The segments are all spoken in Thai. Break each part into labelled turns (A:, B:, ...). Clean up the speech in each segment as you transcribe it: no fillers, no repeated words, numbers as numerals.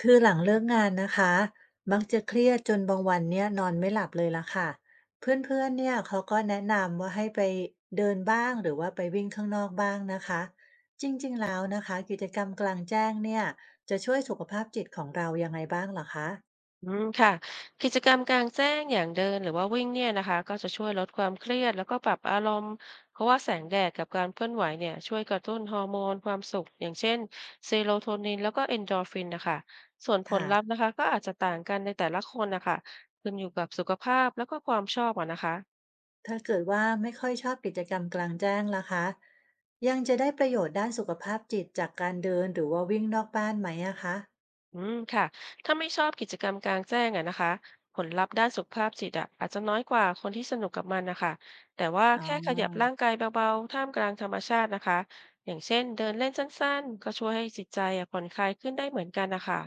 A: คือหลังเลิกงานนะคะมักจะเครียดจนบางวันเนี่ยนอนไม่หลับเลยละค่ะเพื่อนๆเนี่ยเขาก็แนะนำว่าให้ไปเดินบ้างหรือว่าไปวิ่งข้างนอกบ้างนะคะจริงๆแล้วนะคะกิจกรรมกลางแจ้งเนี่ยจะช่วยสุขภาพจิตของเรายังไงบ้างเหรอคะ
B: อืมค่ะกิจกรรมกลางแจ้งอย่างเดินหรือว่าวิ่งเนี่ยนะคะก็จะช่วยลดความเครียดแล้วก็ปรับอารมณ์เพราะว่าแสงแดดกับการเคลื่อนไหวเนี่ยช่วยกระตุ้นฮอร์โมนความสุขอย่างเช่นเซโรโทนินแล้วก็เอนโดรฟินนะคะส่วนผล
A: ค่ะ
B: ลัพธ์นะคะก็อาจจะต่างกันในแต่ละคนนะคะขึ้นอยู่กับสุขภาพแล้วก็ความชอบอะนะคะ
A: ถ้าเกิดว่าไม่ค่อยชอบกิจกรรมกลางแจ้งล่ะคะยังจะได้ประโยชน์ด้านสุขภาพจิตจากการเดินหรือว่าวิ่งนอกบ้านไหมอะคะ
B: อืมค่ะถ้าไม่ชอบกิจกรรมกลางแจ้งอะนะคะผลลัพธ์ด้านสุขภาพจิตอะอาจจะน้อยกว่าคนที่สนุกกับมันนะคะแต่ว่า
A: อ๋
B: แค่ขยับร่า
A: อ
B: งกายเบาๆท่ามกลางธรรมชาตินะคะอย่างเช่นเดินเล่นสั้นๆก็ช่วยให้จิตใจอะผ่อนคลายขึ้นได้เหมือนกันนะคะ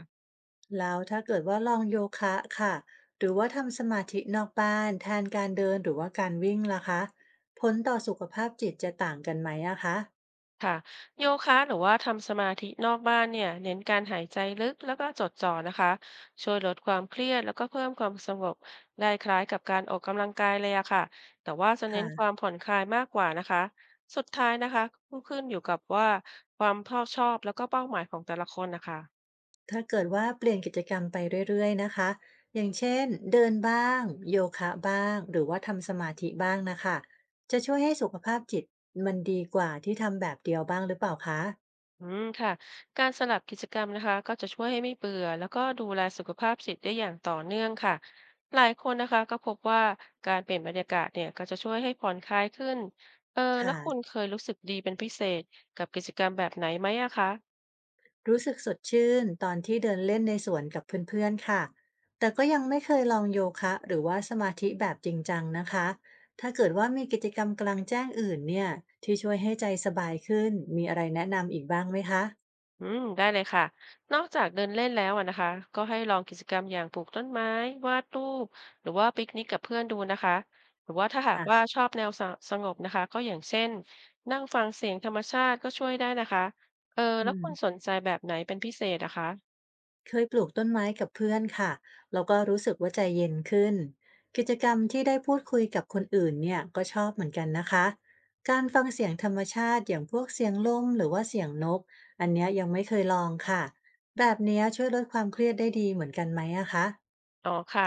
A: แล้วถ้าเกิดว่าลองโยคะค่ะหรือว่าทำสมาธินอกบ้านแทนการเดินหรือว่าการวิ่งล่ะคะผลต่อสุขภาพจิตจะต่างกันไหมอะคะ
B: ค่ะโยคะหรือว่าทำสมาธินอกบ้านเนี่ยเน้นการหายใจลึกแล้วก็จดจ่อนะคะช่วยลดความเครียดแล้วก็เพิ่มความสงบได้คล้ายกับการออกกำลังกายเลยอะค่ะแต่ว่าจะเน้นความ
A: ค่ะ
B: ผ่อนคลายมากกว่านะคะสุดท้ายนะคะก็ขึ้นอยู่กับว่าความชอบแล้วก็เป้าหมายของแต่ละคนนะคะ
A: ถ้าเกิดว่าเปลี่ยนกิจกรรมไปเรื่อยๆนะคะ อย่างเช่นเดินบ้างโยคะบ้างหรือว่าทำสมาธิบ้างนะคะจะช่วยให้สุขภาพจิตมันดีกว่าที่ทำแบบเดียวบ้างหรือเปล่าคะ
B: อืมค่ะการสลับกิจกรรมนะคะก็จะช่วยให้ไม่เบื่อแล้วก็ดูแลสุขภาพจิตได้อย่างต่อเนื่องค่ะหลายคนนะคะก็พบว่าการเปลี่ยนบรรยากาศเนี่ยก็จะช่วยให้ผ่อนคลายขึ้นเออแล้ว
A: ค่ะ
B: คุณเคยรู้สึกดีเป็นพิเศษกับกิจกรรมแบบไหนไหมอะคะ
A: รู้สึกสดชื่นตอนที่เดินเล่นในสวนกับเพื่อนๆค่ะ แต่ก็ยังไม่เคยลองโยคะหรือว่าสมาธิแบบจริงจังนะคะ ถ้าเกิดว่ามีกิจกรรมกลางแจ้งอื่นเนี่ยที่ช่วยให้ใจสบายขึ้นมีอะไรแนะนำอีกบ้างไหมคะ
B: อืมได้เลยค่ะ นอกจากเดินเล่นแล้วอะนะคะก็ให้ลองกิจกรรมอย่างปลูกต้นไม้วาดรูปหรือว่าปิกนิกกับเพื่อนดูนะคะหรือว่าถ้าหากว่า
A: ค่ะ
B: ชอบแนวสสงบนะคะก็อย่างเช่นนั่งฟังเสียงธรรมชาติก็ช่วยได้นะคะเออแล้
A: อื
B: ว
A: ม
B: คุณสนใจแบบไหนเป็นพิเศษนะคะ
A: เคยปลูกต้นไม้กับเพื่อนค่ะแล้วก็รู้สึกว่าใจเย็นขึ้นกิจกรรมที่ได้พูดคุยกับคนอื่นเนี่ยก็ชอบเหมือนกันนะคะการฟังเสียงธรรมชาติอย่างพวกเสียงลมหรือว่าเสียงนกอันเนี้ยยังไม่เคยลองค่ะแบบเนี้ยช่วยลดความเครียดได้ดีเหมือนกันไหมอะคะ
B: อ๋อค่ะ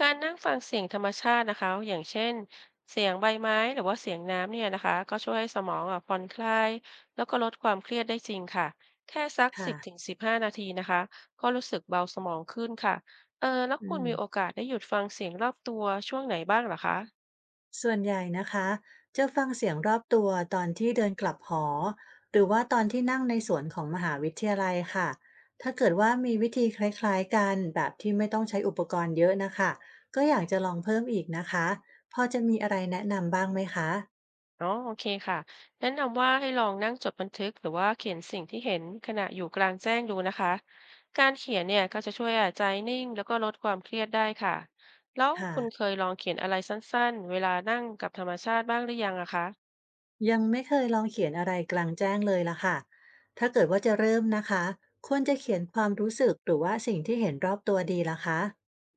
B: การนั่งฟังเสียงธรรมชาตินะคะอย่างเช่นเสียงใบไม้หรือว่าเสียงน้ำเนี่ยนะคะก็ช่วยให้สมองอ่ะผ่อนคลายแล้วก็ลดความเครียดได้จริงค่ะแค่สักสิ
A: ค่ะ
B: บถึงสิบห้านาทีนะคะก็รู้สึกเบาสมองขึ้นค่ะเออแล้ว
A: อื
B: คุณ
A: ม
B: มีโอกาสได้หยุดฟังเสียงรอบตัวช่วงไหนบ้างเหรอคะ
A: ส่วนใหญ่นะคะจะฟังเสียงรอบตัวตอนที่เดินกลับหอหรือว่าตอนที่นั่งในสวนของมหาวิทยาลัยค่ะถ้าเกิดว่ามีวิธีคล้ายๆกันแบบที่ไม่ต้องใช้อุปกรณ์เยอะนะคะก็อยากจะลองเพิ่มอีกนะคะพอจะมีอะไรแนะนำบ้างไหมคะ
B: อ๋อโอเคค่ะแนะนำว่าให้ลองนั่งจดบันทึกหรือว่าเขียนสิ่งที่เห็นขณะอยู่กลางแจ้งดูนะคะ การเขียนเนี่ยก็จะช่วยอ่ะใจนิ่งแล้วก็ลดความเครียดได้ค่ะ แล้ว
A: ค่ะ
B: คุณเคยลองเขียนอะไรสั้นๆ เวลานั่งกับธรรมชาติบ้างหรือยังอะคะ
A: ยังไม่เคยลองเขียนอะไรกลางแจ้งเลยละค่ะถ้าเกิดว่าจะเริ่มนะคะควรจะเขียนความรู้สึกหรือว่าสิ่งที่เห็นรอบตัวดีละคะ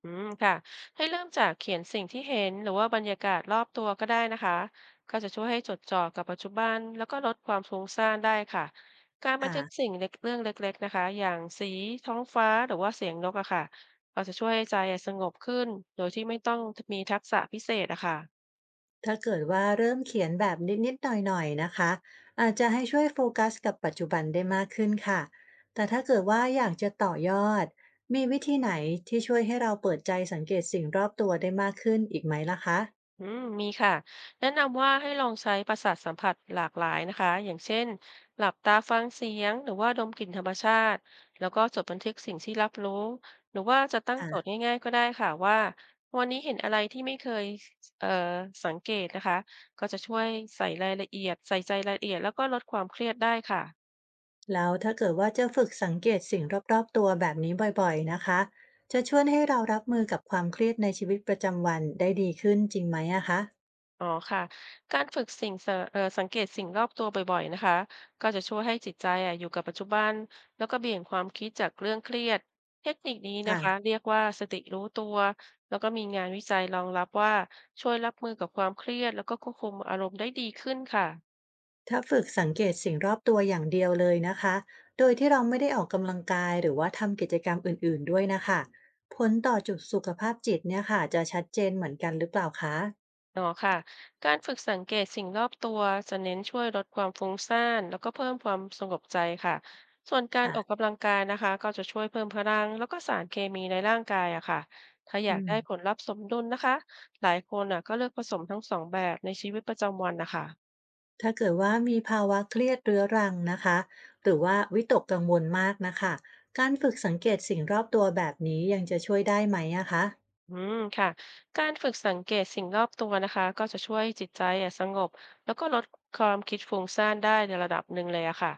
B: อืมค่ะให้เริ่มจากเขียนสิ่งที่เห็นหรือว่าบรรยากาศรอบตัวก็ได้นะคะก็จะช่วยให้จดจ่อกับปัจจุบันแล้วก็ลดความฟุ้งซ่านได้ค่ะการบัน
A: ค่ะ
B: ทึกสิ่งเล็กเรื่องเล็กๆนะคะอย่างสีท้องฟ้าหรือว่าเสียงนกอะค่ะก็จะช่วยให้ใจสงบขึ้นโดยที่ไม่ต้องมีทักษะพิเศษอะค่ะ
A: ถ้าเกิดว่าเริ่มเขียนแบบนิดๆหน่อย ๆ นะคะอาจจะให้ช่วยโฟกัสกับปัจจุบันได้มากขึ้นค่ะแต่ถ้าเกิดว่าอยากจะต่อยอดมีวิธีไหนที่ช่วยให้เราเปิดใจสังเกตสิ่งรอบตัวได้มากขึ้นอีกไหมล่ะคะ
B: อืมมีค่ะแนะนำว่าให้ลองใช้ประสาทสัมผัสหลากหลายนะคะอย่างเช่นหลับตาฟังเสียงหรือว่าดมกลิ่นธรรมชาติแล้วก็จดบันทึกสิ่งที่รับรู้หรือว่าจะตั้งโจทย์
A: ค่ะ
B: ง่ายๆก็ได้ค่ะว่าวันนี้เห็นอะไรที่ไม่เคยเอ่อสังเกตนะคะก็จะช่วยใส่รายละเอียดใส่ใจรายละเอียดแล้วก็ลดความเครียดได้ค่ะ
A: แล้วถ้าเกิดว่าจะฝึกสังเกตสิ่งรอบ ๆ ตัวแบบนี้บ่อยๆนะคะจะช่วยให้เรารับมือกับความเครียดในชีวิตประจำวันได้ดีขึ้นจริงไหมอะคะ
B: อ๋อค่ะการฝึกสิ่งสะเอ่อสังเกตสิ่งรอบตัวบ่อยๆนะคะก็จะช่วยให้จิตใจอ่ะอยู่กับปัจจุบันแล้วก็เบี่ยงความคิดจากเรื่องเครียดเทคนิคนี้นะ
A: ค่ะ
B: คะเรียกว่าสติรู้ตัวแล้วก็มีงานวิจัยรองรับว่าช่วยรับมือกับความเครียดแล้วก็ควบคุมอารมณ์ได้ดีขึ้นค่ะ
A: ถ้าฝึกสังเกตสิ่งรอบตัวอย่างเดียวเลยนะคะโดยที่เราไม่ได้ออกกำลังกายหรือว่าทำกิจกรรมอื่นๆด้วยนะคะผลต่อจุดสุขภาพจิตเนี่ยค่ะจะชัดเจนเหมือนกันหรือเปล่าคะ
B: อ๋อค่ะการฝึกสังเกตสิ่งรอบตัวจะเน้นช่วยลดความฟุ้งซ่านแล้วก็เพิ่มความสงบใจค่ะส่วนการออก
A: ค่ะ
B: กำลังกายนะคะก็จะช่วยเพิ่มพลังแล้วก็สารเคมีในร่างกายอะค่ะถ้าอยา
A: อื
B: ก
A: ม
B: ได้ผลลัพธ์สมดุลนะคะหลายคนอะก็เลือกผสมทั้งสองแบบในชีวิตประจำวันนะคะ
A: ถ้าเกิดว่ามีภาวะเครียดเรื้อรังนะคะหรือว่าวิตกกังวลมากนะคะการฝึกสังเกตสิ่งรอบตัวแบบนี้ยังจะช่วยได้ไหมอะคะ
B: อืมค่ะการฝึกสังเกตสิ่งรอบตัวนะคะก็จะช่วยจิตใจอ่ะสงบแล้วก็ลดความคิดฟุ้งซ่านได้ในระดับหนึ่งเลยอะค่ะ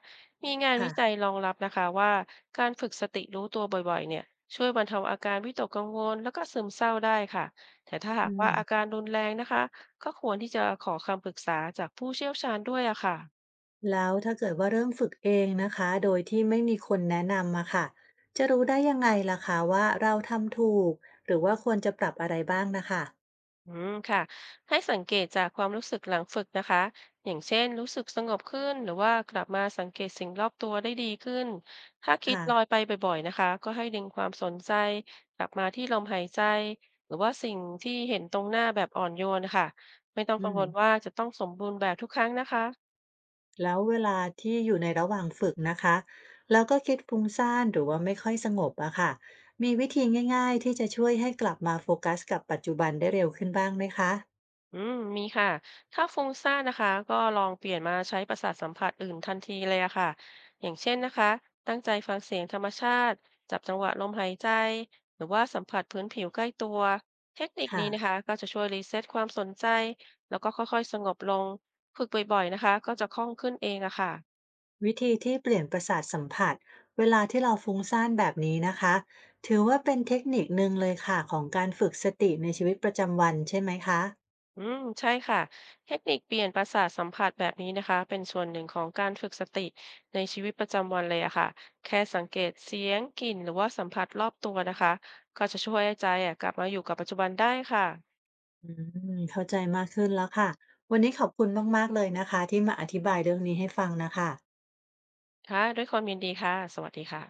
B: มีงานวิจัย
A: ค่ะ
B: รองรับนะคะว่าการฝึกสติรู้ตัวบ่อยๆเนี่ยช่วยบรรเทาอาการวิตกกังวลแล้วก็ซึมเศร้าได้ค่ะแต่ถ้าหา
A: อื
B: กว่าอากา
A: ม
B: รรุนแรงนะคะก็ควรที่จะขอคำปรึกษาจากผู้เชี่ยวชาญด้วยอะค่ะ
A: แล้วถ้าเกิดว่าเริ่มฝึกเองนะคะโดยที่ไม่มีคนแนะนำอาค่ะจะรู้ได้ยังไงล่ะคะว่าเราทำถูกหรือว่าควรจะปรับอะไรบ้างนะคะ
B: อืมค่ะให้สังเกตจากความรู้สึกหลังฝึกนะคะอย่างเช่นรู้สึกสงบขึ้นหรือว่ากลับมาสังเกตสิ่งรอบตัวได้ดีขึ้นถ้าคิด
A: ค่ะ
B: ลอยไปบ่อยๆนะคะก็ให้ดึงความสนใจกลับมาที่ลมหายใจหรือว่าสิ่งที่เห็นตรงหน้าแบบอ่อนโยนนะคะไม่ต้อง
A: อื
B: กังว
A: ม
B: ลว่าจะต้องสมบูรณ์แบบทุกครั้งนะคะ
A: แล้วเวลาที่อยู่ในระหว่างฝึกนะคะแล้วก็คิดฟุ้งซ่านหรือว่าไม่ค่อยสงบอะค่ะมีวิธีง่ายๆที่จะช่วยให้กลับมาโฟกัสกับปัจจุบันได้เร็วขึ้นบ้างไหมคะ
B: อืมมีค่ะ ถ้าฟุ้งซ่านนะคะก็ลองเปลี่ยนมาใช้ประสาทสัมผัสอื่นทันทีเลยอะค่ะ อย่างเช่นนะคะ ตั้งใจฟังเสียงธรรมชาติ จับจังหวะลมหายใจ หรือว่าสัมผัสพื้นผิวใกล้ตัว เทคนิคนี้นะ
A: ค่ะ
B: คะก็จะช่วยรีเซ็ตความสนใจ แล้วก็ค่อยๆสงบลงฝึกบ่อยๆนะคะก็จะคล่องขึ้นเองอะค่ะ
A: วิธีที่เปลี่ยนประสาทสัมผัสเวลาที่เราฟุ้งซ่านแบบนี้นะคะถือว่าเป็นเทคนิคหนึ่งเลยค่ะของการฝึกสติในชีวิตประจำวันใช่ไหมคะ
B: อืมใช่ค่ะเทคนิคเปลี่ยนประสาทสัมผัสแบบนี้นะคะเป็นส่วนหนึ่งของการฝึกสติในชีวิตประจำวันเลยอะค่ะแค่สังเกตเสียงกลิ่นหรือว่าสัมผัสรอบตัวนะคะก็จะช่วยให้ใจอะกลับมาอยู่กับปัจจุบันได้ค่ะ
A: อืมเข้าใจมากขึ้นแล้วค่ะวันนี้ขอบคุณมากๆเลยนะคะที่มาอธิบายเรื่องนี้ให้ฟังนะคะ
B: ค่ะด้วยความยินดีค่ะสวัสดีค่ะ